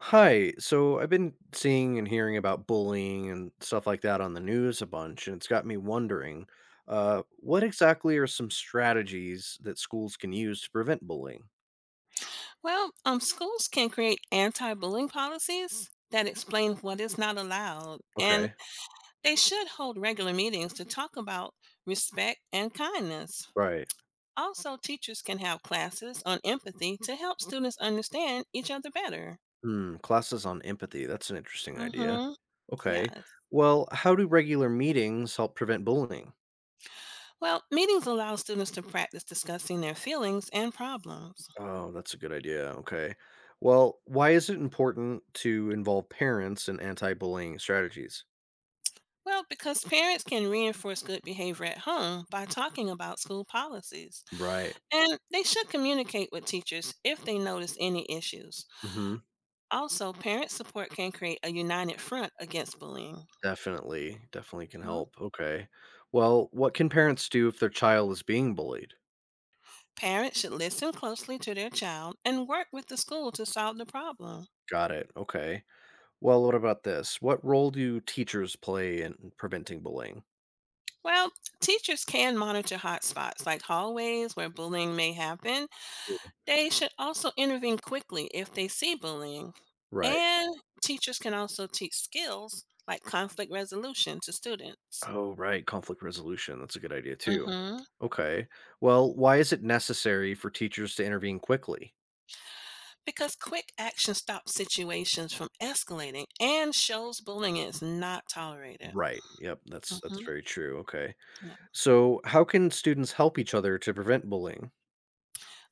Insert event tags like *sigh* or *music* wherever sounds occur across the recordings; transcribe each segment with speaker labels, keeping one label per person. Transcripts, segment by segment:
Speaker 1: Hi. So I've been seeing and hearing about bullying and stuff like that on the news a bunch, and it's got me wondering, what exactly are some strategies that schools can use to prevent bullying?
Speaker 2: Well, schools can create anti-bullying policies that explain what is not allowed, and
Speaker 1: Okay.
Speaker 2: they should hold regular meetings to talk about respect and kindness.
Speaker 1: Right.
Speaker 2: Also, teachers can have classes on empathy to help students understand each other better.
Speaker 1: Hmm. Classes on empathy. That's an interesting idea.
Speaker 2: Mm-hmm.
Speaker 1: Okay.
Speaker 2: Yes.
Speaker 1: Well, how do regular meetings help prevent bullying?
Speaker 2: Well, meetings allow students to practice discussing their feelings and problems.
Speaker 1: Oh, that's a good idea. Okay. Well, why is it important to involve parents in anti-bullying strategies?
Speaker 2: Well, because parents can reinforce good behavior at home by talking about school policies.
Speaker 1: Right.
Speaker 2: And they should communicate with teachers if they notice any issues. Also, parent support can create a united front against bullying.
Speaker 1: Definitely, definitely can
Speaker 2: Mhm.
Speaker 1: help. Okay. Well, what can parents do if their child is being bullied?
Speaker 2: Parents should listen closely to their child and work with the school to solve the problem.
Speaker 1: Got it. Okay. Well, what about this? What role do teachers play in preventing bullying?
Speaker 2: Well, teachers can monitor hotspots like hallways where bullying may happen.
Speaker 1: Mm.
Speaker 2: They should also intervene quickly if they see bullying.
Speaker 1: Right.
Speaker 2: And teachers can also teach skills like conflict resolution to students.
Speaker 1: Oh, right. Conflict resolution. That's a good idea, too.
Speaker 2: Mhm.
Speaker 1: Okay. Well, why is it necessary for teachers to intervene quickly?
Speaker 2: Because quick action stops situations from escalating and shows bullying is not tolerated.
Speaker 1: Right. Yep. That's
Speaker 2: Hmm.
Speaker 1: very true. Okay.
Speaker 2: Yeah.
Speaker 1: So, how can students help each other to prevent bullying?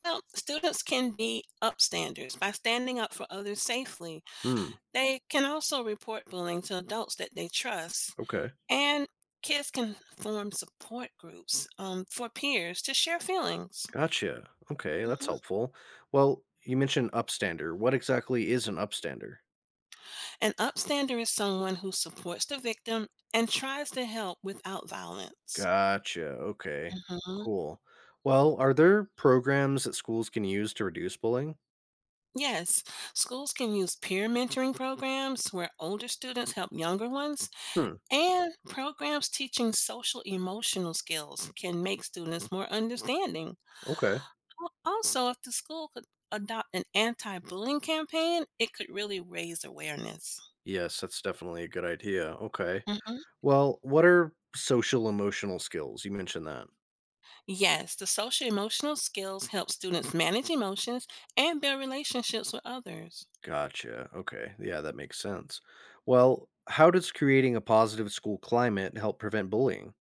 Speaker 2: Now, students can be upstanders by standing up for others safely.
Speaker 1: Hmm.
Speaker 2: They can also report bullying to adults that they trust,
Speaker 1: Okay.
Speaker 2: and kids can form support groups for peers to share feelings.
Speaker 1: Gotcha. Okay, that's
Speaker 2: Mhm.
Speaker 1: helpful. Well, you mentioned upstander. What exactly is an upstander?
Speaker 2: An upstander is someone who supports the victim and tries to help without violence.
Speaker 1: Gotcha. Okay. Cool. Well, are there programs that schools can use to reduce bullying?
Speaker 2: Yes, schools can use peer mentoring programs where older students help younger ones,
Speaker 1: Hmm.
Speaker 2: and programs teaching social emotional skills can make students more understanding.
Speaker 1: Okay.
Speaker 2: Also, if the school could adopt an anti bullying campaign, it could really raise awareness.
Speaker 1: Yes, that's definitely a good idea. Okay.
Speaker 2: Mhm.
Speaker 1: Well, what are social emotional skills? You mentioned that.
Speaker 2: Yes, the social emotional skills help students manage emotions and build relationships with others.
Speaker 1: Gotcha. Okay. Yeah, that makes sense. Well, how does creating a positive school climate help prevent bullying?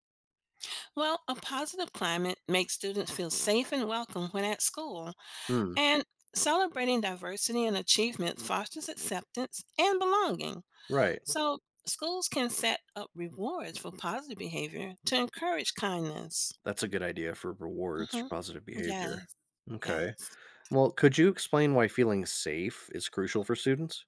Speaker 2: Well, a positive climate makes students feel safe and welcome when at school.
Speaker 1: Hmm.
Speaker 2: And celebrating diversity and achievement fosters acceptance and belonging.
Speaker 1: Right.
Speaker 2: So, schools can set up rewards for positive behavior to encourage kindness.
Speaker 1: That's a good idea for rewards for
Speaker 2: Hmm.
Speaker 1: positive behavior.
Speaker 2: Yes,
Speaker 1: Okay.
Speaker 2: yes.
Speaker 1: Well, could you explain why feeling safe is crucial for students?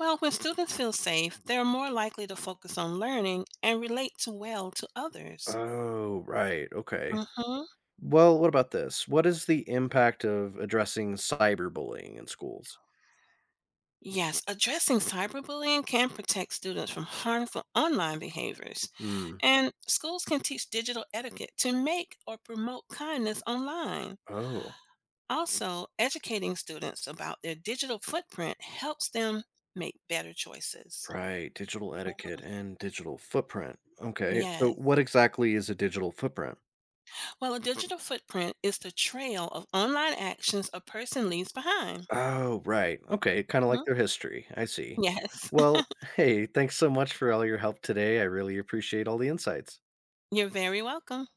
Speaker 2: Well, when students feel safe, they're more likely to focus on learning and relate to well to others.
Speaker 1: Oh, right. Okay.
Speaker 2: Hmm.
Speaker 1: Well, what about this? What is the impact of addressing cyberbullying in schools?
Speaker 2: Yes, addressing cyberbullying can protect students from harmful online behaviors.
Speaker 1: Hmm.
Speaker 2: And schools can teach digital etiquette to make or promote kindness online.
Speaker 1: Oh,
Speaker 2: Also, educating students about their digital footprint helps them make better choices.
Speaker 1: right. Digital etiquette and digital footprint. Okay. So,
Speaker 2: Yes.
Speaker 1: what exactly is a digital footprint?
Speaker 2: Well, a digital footprint is the trail of online actions a person leaves behind.
Speaker 1: Oh, right. Okay. Kind of like
Speaker 2: Mhm.
Speaker 1: their history. I see.
Speaker 2: Yes. *laughs*
Speaker 1: Well, *laughs* hey, thanks so much for all your help today. I really appreciate all the insights.
Speaker 2: You're very welcome.